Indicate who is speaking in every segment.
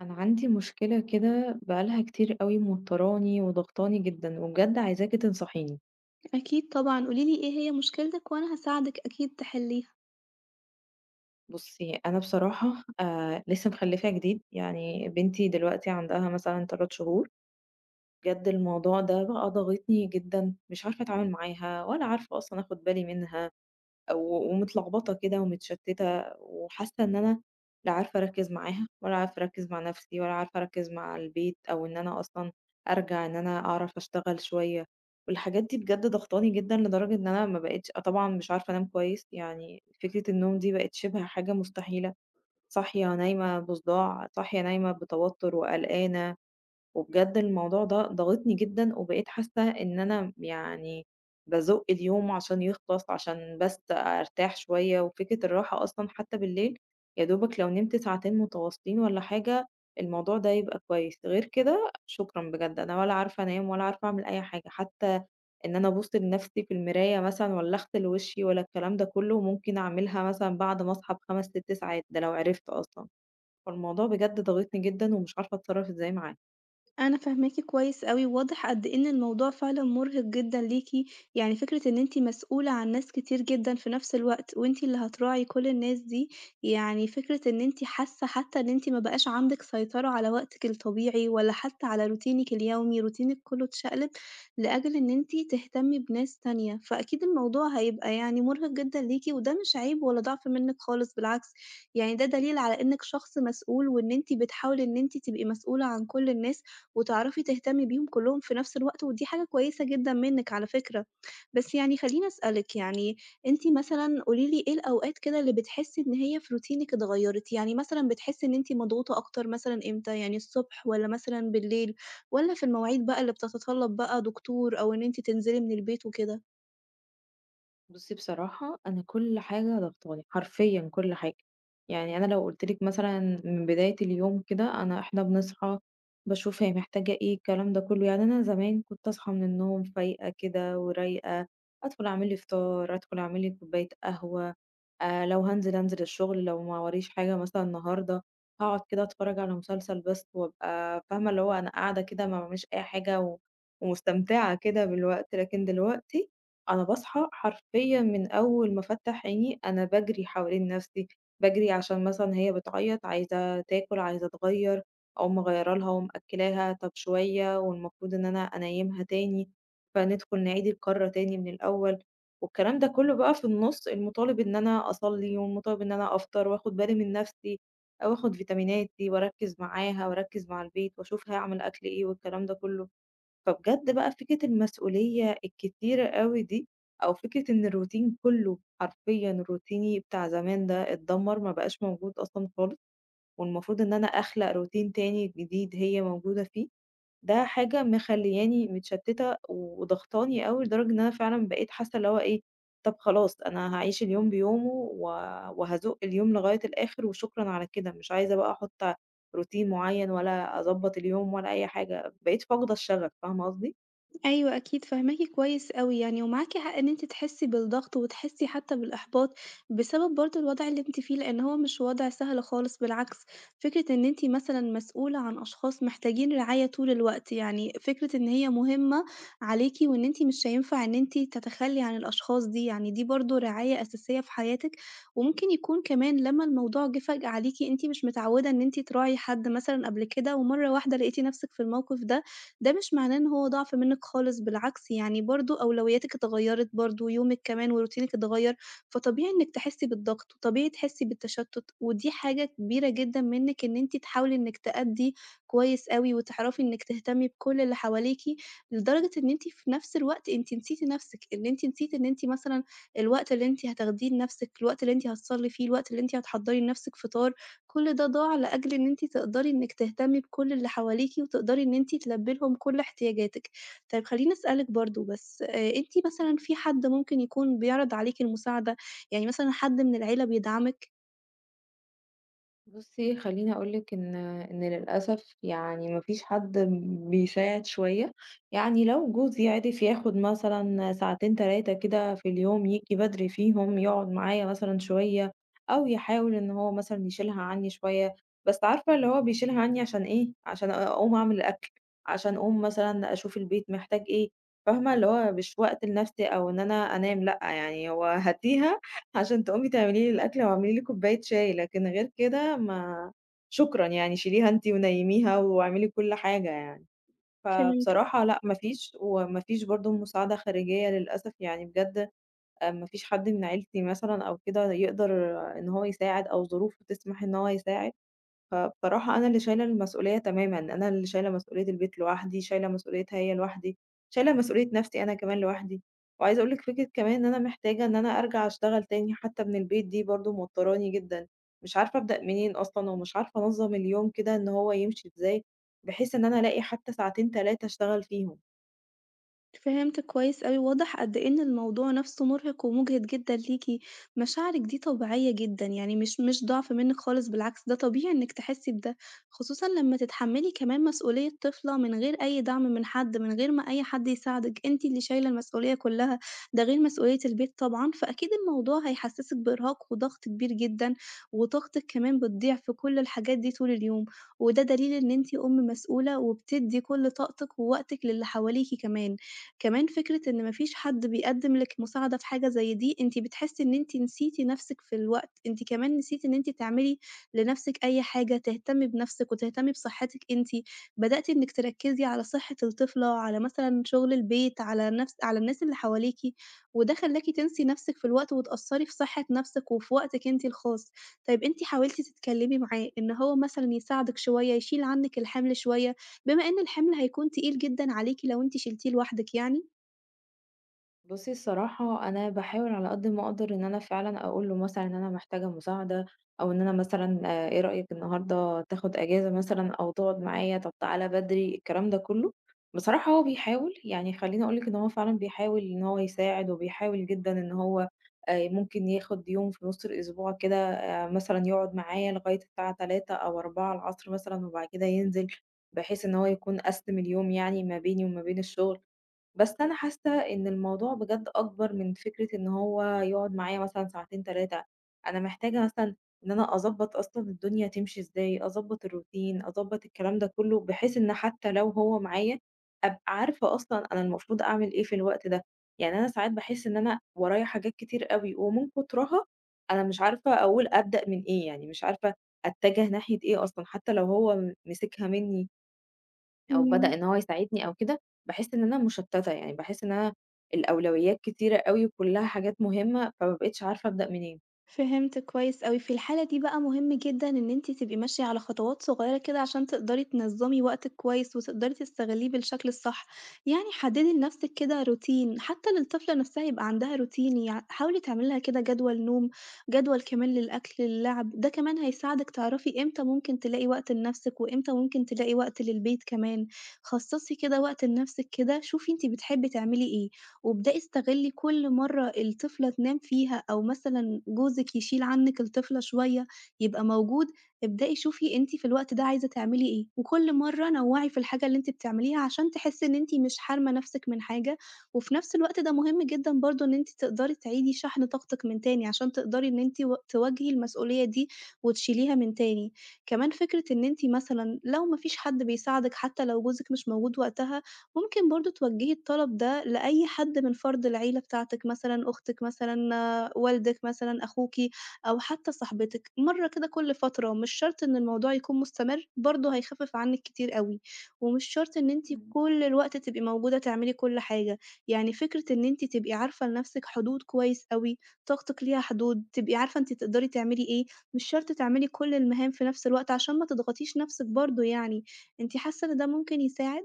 Speaker 1: أنا عندي مشكلة كده بقالها كتير قوي موتراني وضغطاني جدا وبجد عايزاكي تنصحيني.
Speaker 2: أكيد طبعًا، قولي لي إيه هي مشكلتِك وأنا هاساعدِك أكيد تحليها.
Speaker 1: بصي، أنا بصراحة آه لسه مخلفة جديد، يعني بنتي دلوقتي عندها مثلا 3 شهور. بجد الموضوع ده بقى ضاغطني جدا، مش عارفة أتعامل معاها ولا عارفة أصلا أخد بالي منها و ومتلخبطة كده ومتشتتة، وحاسة إن أنا لا عارفة أركّز معاها ولا عارفة أركّز مع نفسي ولا عارفة أركّز مع البيت، أو إن أنا أصلًا أرجع إن أنا أعرف أشتغل شوية، والحاجات دي بجد ضاغطاني جدًا لدرجة إن أنا ما بقيتش طبعًا مش عارفة أنام كويس، يعني فكرة النوم دي بقت شِبه حاجة مستحيلة، صاحية نايمة بصداع، صاحية نايمة بتوتر وقلقانة. وبجد الموضوع ده ضاغطني جدًا، وبقيت حاسة إن أنا يعني بازُق اليوم عشان يخلص، عشان بس أرتاح شوية، وفكرة الراحة أصلًا حتى بالليل يا دوبك لو نمت ساعتين متواصلين والّا حاجة، الموضوع ده يبقى كويس، غير كده شكرًا بجد، أنا ولا عارفة أنام ولا عارفة أعمل أي حاجة، حتى إن أنا أبُص لنفسي في المراية مثلًا والّا أغسل وشي والّا الكلام ده كله، ممكن أعملها مثلًا بعد ما أصحى ب5، 6 ساعات، ده لو عرفت أصلًا. فالموضوع بجد ضاغطني جدًا ومش عارفة أتصرّف إزاي معاه.
Speaker 2: أنا فاهماكِ كويس أوي، واضح قد إيه إن الموضوع فعلًا مُرهق جدًا ليكِ، يعني فكرة إن أنتِ مسؤولة عن ناس كتير جدًا في نفس الوقت، وأنتِ اللي هتراعي كل الناس دي، يعني فكرة إن أنتِ حاسة حتى إن أنتِ ما بقاش عندِك سيطرة على وقتِك الطبيعي، ولا حتى على روتينِك اليومي، روتينِك كله اتشقلب لأجل إن أنتِ تهتمي بناس تانية، فأكيد الموضوع هيبقى يعني مُرهق جدًا ليكِ، وده مش عيب ولا ضعف منِك خالص بالعكس، يعني ده دليل على إنِك شخص مسؤول، وإن أنتِ بتحاولي إن أنتِ تبقي مسؤولة عن كل الناس. وتعرفي تهتمي بيهم كلّهم في نفس الوقت، ودي حاجة كويسة جدًا منِّك على فكرة. بس يعني خلّيني أسألِك، يعني أنتِ مثلًا قولي لي إيه الأوقات كده اللي بتحسّي إن هي في روتينِك اتغيّرِت؟ يعني مثلًا بتحسّي إن أنتِ مضغوطة أكتر مثلًا إمتى، يعني الصبح والّا مثلًا بالليل والّا في المواعيد بقى اللي بتتطلّب بقى دكتور أو إن أنتِ تنزلي من البيت وكده؟
Speaker 1: بُصّي بصراحة أنا كل حاجة ضاغطاني، حرفيًا كل حاجة، يعني أنا لو قُلت لِك مثلًا من بداية اليوم كده، أنا إحنا بنصحى باشوف هي محتاجة إيه، الكلام ده كلّه. يعني أنا زمان كنت أصحى من النوم فايقة كده ورايقة، أدخل أعمل لي فطار، أدخل أعمل لي كوباية قهوة. لو هانزل، هانزل الشغل، لو ما وريش حاجة مثلًا النهارده، هاقعد كده أتفرّج على مسلسل بس وأبقى فاهمة اللي هو أنا قاعدة كده ما باعملش أي حاجة و ومستمتعة كده بالوقت، لكن دلوقتي أنا باصحى حرفيًا من أول ما أفتّح عيني، أنا باجري حوالين نَفْسي، باجري عشان مثلًا هي بتعيّط عايزة تاكل، عايزة تغيّر، أقوم مغيّرة لها ومأكّلاها، طَب شوية والمفروض إن أنا أنيّمها تاني، فندخل نعيد الكَرّة تاني من الأول. والكلام ده كله بقى في النُص المطالب إن أنا أصلّي، والمطالب إن أنا أفطر وآخُد بالي من نَفْسي، أو آخُد فيتاميناتي وأركّز معاها وأركّز مع البيت وأشوف هاعمل أكل إيه والكلام ده كله. فبجد بقى فكرة المسؤولية الكتيرة أوي دي، أو فكرة إن الروتين كله حرفيًا، روتيني بتاع زمان ده اتدمّر، ما بقاش موجود أصلًا خالص، والمفروض إن أنا أخلق روتين تاني جديد هي موجودة فيه. ده حاجة مخلّياني متشتّتة وضغطاني أوي، لدرجة إن أنا فعلًا بقيت حاسة اللي هو إيه، طَب خلاص أنا هاعيش اليوم بيومه و وهازُق اليوم لغاية الآخر وشكرًا على كده، مش عايزة بقى أحُط روتين معيّن، ولا أضبّط اليوم، ولا أي حاجة، بقيت فاقدة الشغف، فاهمة قصدي؟
Speaker 2: أيوه أكيد، فاهماكِ كويس أوي يعني، ومعاكِ حق إن أنتِ تحسّي بالضغط وتحسّي حتى بالإحباط، بسبب برضه الوضع اللي أنتِ فيه، لإن هو مش وضع سهل خالص بالعكس، فكرة إن أنتِ مثلًا مسؤولة عن أشخاص محتاجين رعاية طول الوقت، يعني فكرة إن هي مهمة عليكِ وإن أنتِ مش هينفع إن أنتِ تتخلّي عن الأشخاص دي، يعني دي برضه رعاية أساسية في حياتِك، وممكن يكون كمان لمّا الموضوع جِه فجأة عليكِ، أنتِ مش متعوّدة إن أنتِ تراعي حد مثلًا قبل كده، ومرّة واحدة لقيتِ نَفْسِك في الموقف ده، ده مش معناه إن هو ضعف منِّك خالص، بالعكس يعني برضه أولوياتِك اتغيّرت برضه، يومِك كمان وروتينِك اتغيّر، فطبيعي إنِّك تحسّي بالضغط، وطبيعي تحسّي بالتشتُّت، ودي حاجة كبيرة جدًا منِّك إن أنتِ تحاولي إنِّك تأدّي كويس أوي وتعرفي إنِّك تهتمي بكل اللي حواليكِ، لدرجة إن أنتِ في نفس الوقت أنتِ نسيتِ نفسِك، إن أنتِ نسيتِ إن أنتِ مثلًا الوقت اللي أنتِ هتاخديه لنفسِك، الوقت اللي أنتِ هتصلّي فيه، الوقت اللي أنتِ هتحضّري لنفسِك فطار، كل ده ضاع لأجل إن أنتِ تقدري إنِّك تهتمي بكل اللي حواليكِ، وتقدري إن أنتِ تلبّي لهم كل احتياجاتِك. طيب خلّيني أسألِك برضه بس، أنتِ مثلًا في حد ممكن يكون بيعرض عليكِ المساعدة؟ يعني مثلًا حد من العيلة بيدعمِك
Speaker 1: بُصّي، خلّيني أقول لِك إن للأسف يعني ما فيش حد بيساعد شوية، يعني لو جوزي عِرف ياخُد مثلًا ساعتين 3 كده في اليوم، ييجي بدري فيهم يقعد معايا مثلًا شوية، أو يحاول إن هو مثلًا يشيلها عنّي شوية، بس عارفة اللي هو بيشيلها عنّي عشان إيه، عشان أقوم أعمل الأكل، عشان أقوم مثلًا أشوف البيت محتاج إيه، فاهمة؟ اللي هو مش وقت لنَفْسي أو إن أنا أنام لأ، يعني هو هاتيها عشان تقومي تعملي لي الأكل واعملي لي كوباية شاي، لكن غير كده ما شكرًا يعني شيليها أنتِ ونيّميها واعملي كل حاجة يعني.
Speaker 2: في ال
Speaker 1: فبصراحة لأ، ما فيش، وما فيش برضه مساعدة خارجية للأسف يعني بجد. ما فيش حد من عيلتي مثلًا أو كده يقدر، آه، إن هو يساعد أو ظروفه تسمح إن هو يساعد. فبصراحة أنا اللي شايلة المسؤولية تمامًا، أنا اللي شايلة مسؤولية البيت لوحدي، شايلة مسؤوليتها هي لوحدي، شايلة مسؤولية نفْسي أنا كمان لوحدي، وعايزة أقول لِك فكرة كمان إن أنا محتاجة إن أنا أرجع أشتغل تاني حتى من البيت، دي برضه موتّراني جدًا، مش عارفة أبدأ منين أصلًا، ومش عارفة أنظّم اليوم كده إن هو يمشي إزاي، بحيث إن أنا ألاقي حتى ساعتين 3 أشتغل فيهم.
Speaker 2: فهمتِك كويس أوي، واضح قد إيه إن الموضوع نَفْسه مُرهِق ومُجهِد جدًا ليكِ، مشاعرِك دي طبيعية جدًا، يعني مش ضعف منِّك خالص بالعكس، ده طبيعي إنِّك تحسّي بده، خصوصًا لمّا تتحمّلي كمان مسؤولية طفلة من غير أي دعم من حد، من غير ما أي حد يساعدِك، أنتِ اللي شايلة المسؤولية كُلّها، ده غير مسؤولية البيت طبعًا، فأكيد الموضوع هيحسّسِك بإرهاق وضغط كبير جدًا، وطاقتِك كمان بتضيع في كل الحاجات دي طول اليوم، وده دليل إن أنتِ أم مسؤولة وبتدّي كل طاقتِك ووقتِك للي حواليكِ كمان. كمان فكرة إن ما فيش حد بيقدّم لِك مساعدة في حاجة زي دي، أنتِ بتحسّي إن أنتِ نسيتِ نَفْسِك في الوقت، أنتِ كمان نسيتِ إن أنتِ تعملي لنَفْسِك أي حاجة، تهتمي بنَفْسِك وتهتمي بصحتِك أنتِ، بدأتِ إنِّك تركّزي على صحة الطفلة، على مثلًا شُغل البيت، على نَفْس على الناس اللي حواليكِ، وده خلّاكِ تنسي نَفْسِك في الوقت وتأثّري في صحة نَفْسِك وفي وقتِك أنتِ الخاص. طيب أنتِ حاولتِ تتكلّمي معاه إن هو مثلًا يساعدِك شوية، يشيل عنِّك الحمل شوية؟ بما إن الحِمل هيكون تقيل جدًا عليكِ لو أنتِ شِلتيه لوحدِك يعني.
Speaker 1: بُصّي الصراحة، أنا باحاول على قد ما أقدر إن أنا فعلًا أقول له مثلًا إن أنا محتاجة مساعدة، أو إن أنا مثلًا إيه رأيك النهارده تاخد إجازة مثلًا أو تقعد معايا، طب تعالَ بدري، الكلام ده كلّه. بصراحة هو بيحاول، يعني خلّيني أقول لِك إن هو فعلًا بيحاول إن هو يساعد، وبيحاول جدًا إن هو ممكن ياخد يوم في نُص الأسبوع كده، مثلًا يقعد معايا لغاية الساعة 15:00 أو 16:00 مثلًا وبعد كده ينزل، بحيث إن هو يكون قسِّم اليوم يعني ما بيني وما بين الشغل. بس أنا حاسة إن الموضوع بجد أكبر من فكرة إن هو يقعد معايا مثلًا ساعتين 3، أنا محتاجة مثلًا إن أنا أضبّط أصلًا الدنيا تمشي إزاي، أضبّط الروتين، أضبّط الكلام ده كلّه، بحيث إن حتى لو هو معايا أبقى عارفة أصلًا أنا المفروض أعمل إيه في الوقت ده، يعني أنا ساعات باحس إن أنا ورايا حاجات كتير أوي ومن كترها أنا مش عارفة أقول أبدأ من إيه، يعني مش عارفة أتجه ناحية إيه أصلًا، حتى لو هو مسكها منّي. أو
Speaker 2: إمم،
Speaker 1: بدأ إن هو يساعدني أو كده، باحس إن أنا مشتتة، يعني باحس إن أنا الأولويات كتيرة أوي وكلها حاجات مهمة، فما بقيتش عارفة أبدأ منين.
Speaker 2: فهمت كويس أوي، في الحالة دي بقى مهم جدًا إن أنتِ تبقي ماشية على خطوات صغيّرة كده عشان تقدري تنظّمي وقتِك كويس، وتقدري تستغلّيه بالشكل الصح، يعني حدّدي لنَفْسِك كده روتين، حتى للطفلة نَفْسها يبقى عندها روتين، حاولي تعملي لها كده جدول نوم، جدول كمان للأكل، للعب، ده كمان هيساعدِك تعرفي إمتى ممكن تلاقي وقت لنَفْسِك، وإمتى ممكن تلاقي وقت للبيت كمان، خصّصي كده وقت لنَفْسِك كده، شوفي أنتِ بتحبّي تعملي إيه. وابدئي استغلّي كل مرّة الطفلة تنام فيها أو مثلًا جوزِك يشيل عنِّك الطفلة شوية، يبقى موجود، ابدئي شوفي أنتِ في الوقت ده عايزة تعملي إيه، وكل مرّة نوّعي في الحاجة اللي أنتِ بتعمليها عشان تحسّي إن أنتِ مش حارمة نَفْسِك من حاجة، وفي نَفْس الوقت ده مهم جدًا برضه إن أنتِ تقدري تعيدي شحن طاقتِك من تاني عشان تقدري إن أنتِ و تواجهي المسؤولية دي وتشيليها من تاني. كمان فكرة إن أنتِ مثلًا لو ما فيش حد بيساعدِك حتى لو جوزِك مش موجود وقتها ممكن برضه توجّهي الطلب ده لأي حد من فرد العيلة بتاعتِك مثلًا، أختِك مثلًا، آه، والدِك مثلًا، أخوكِ أو حتى صاحبتِك، مرّة كده كل فترة، مش شرط إن الموضوع يكون مستمر، برضه هيخفِّف عنِّك كتير أوي، ومش شرط إن أنتِ
Speaker 1: إمم.
Speaker 2: كل الوقت تبقي موجودة تعملي كل حاجة، يعني فكرة إن أنتِ تبقي عارفة لنَفْسِك حدود كويس أوي، طاقتِك ليها حدود، تبقي عارفة أنتِ تقدري تعملي إيه، مش شرط تعملي كل المهام في نَفْس الوقت عشان ما تضغطيش نَفْسِك برضه يعني، أنتِ حاسة إن ده ممكن يساعد؟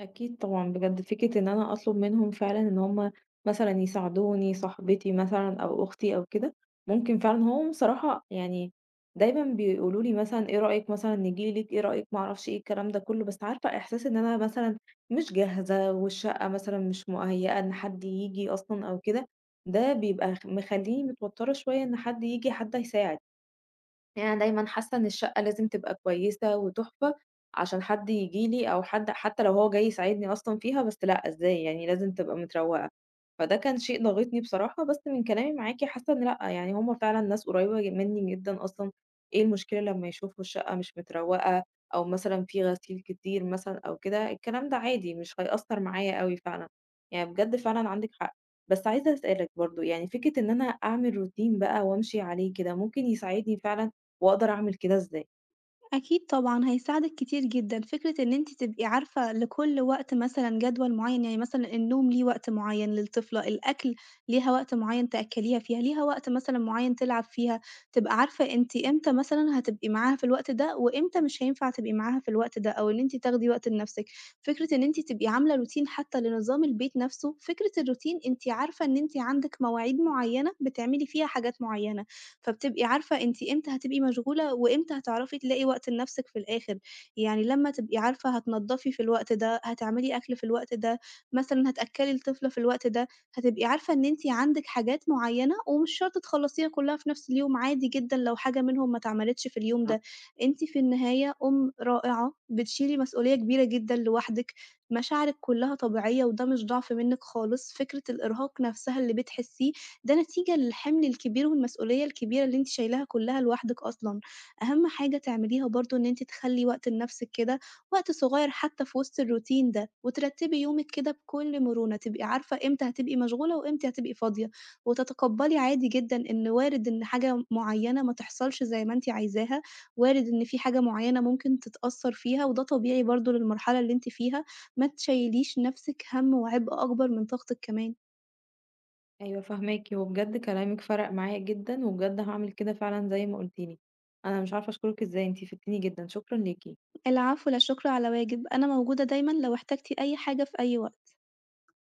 Speaker 1: أكيد طبعًا، بجد فكرة إن أنا أطلب منهم فعلًا إن هم مثلًا يساعدوني، صاحبتي مثلًا أو أختي أو كده، ممكن فعلًا هم بصراحة يعني دايمًا بيقولوا لي مثلًا إيه رأيك مثلًا نيجي لِك، إيه رأيك ما أعرفش إيه، الكلام ده كله، بس عارفة إحساس إن أنا مثلًا مش جاهزة والشقة مثلًا مش مُهيأة إن حد ييجي أصلًا أو كده، ده بيبقى مخلّيني متوترة شوية إن حد ييجي، حد هيساعد. يعني أنا دايمًا حاسة إن الشقة لازم تبقى كويسة وتُحفة، عشان حد ييجي لي أو حد حتى لو هو جاي يساعدني أصلًا فيها، بس لأ إزاي، يعني لازم تبقى متروّقة، فده كان شيء ضاغطني بصراحة، بس من كلامي معاكِ حاسة إن لأ، يعني هُم فعلًا ناس قريبة منّي جدًا أصلًا، إيه المشكلة لمّا يشوفوا الشقة مش متروّقة أو مثلًا في غسيل كتير مثلًا أو كده، الكلام ده عادي مش هيأثّر معايا أوي فعلًا، يعني بجد فعلًا عندِك حق. بس عايزة أسألِك برضه، يعني فكرة إن أنا أعمل روتين بقى وأمشي عليه كده، ممكن يساعدني فعلًا، وأقدر أعمل كده إزاي؟
Speaker 2: أكيد طبعًا هيساعدِك كتير جدًا، فكرة إن أنتِ تبقي عارفة لكل وقت مثلًا جدول معين، يعني مثلًا النوم ليه وقت معين للطفلة، الأكل ليها وقت معين تأكليها فيها، ليها وقت مثلًا معين تلعب فيها، تبقى عارفة أنتِ إمتى مثلًا هتبقي معاها في الوقت ده، وإمتى مش هينفع تبقي معاها في الوقت ده، أو إن أنتِ تاخدي وقت لنفسِك. فكرة إن أنتِ تبقي عاملة روتين حتى لنظام البيت نفسه، فكرة الروتين أنتِ عارفة إن أنتِ عندِك مواعيد معينة بتعملي فيها حاجات معينة. فبتبقي عارفة أنتِ إمتى هتبقي مشغولة، وإمتى هتعرفي تلاقي وقت لنفسِك في الآخر، يعني لمّا تبقي عارفة هتنضّفي في الوقت ده، هتعملي أكل في الوقت ده، مثلًا هتأكّلي الطفل في الوقت ده، هتبقي عارفة إن أنتِ عندِك حاجات معيّنة ومش شرط تخلّصيها كلّها في نفس اليوم، عادي جدًا لو حاجة منهم ما اتعملتش في اليوم آه. ده، أنتِ في النهاية أم رائعة، بتشيلي مسؤولية كبيرة جدًا لوحدِك، مشاعرِك كلّها طبيعية وده مش ضعف منِّك خالص، فكرة الإرهاق نفسها اللي بتحسّيه ده نتيجة للحِمل الكبير والمسؤولية الكبيرة اللي أنتِ شايلاها كلّها لوحدِك أصلًا. أهم حاجة تعمليها برضه إن أنتِ تخلّي وقت لنَفْسِك كده، وقت صغير حتى في وسط الروتين ده، وترتّبي يومِك كده بكل مرونة، تبقي عارفة إمتى هتبقي مشغولة وإمتى هتبقي فاضية، وتتقبّلي عادي جدًا إن وارد إن حاجة معيّنة ما تحصلش زي ما أنتِ عايزاها، وارد إن في حاجة معيّنة ممكن تتأثّر فيها، وده طبيعي برضه للمرحلة اللي أنتِ فيها، ما تشيّليش نَفْسِك هَم وعبء أكبر من طاقتِك كمان.
Speaker 1: أيوه فاهماكِ، وبجد كلامِك فرق معايا جدًا، وبجد هاعمل كده فعلًا زي ما قُلتِ لي. أنا مش عارفة أشكرِك إزاي، أنتِ فدتيني جدًا، شكرًا ليكِ.
Speaker 2: العفو، لا شكر على واجب، أنا موجودة دايمًا لو احتجتِ أي حاجة في أي وقت.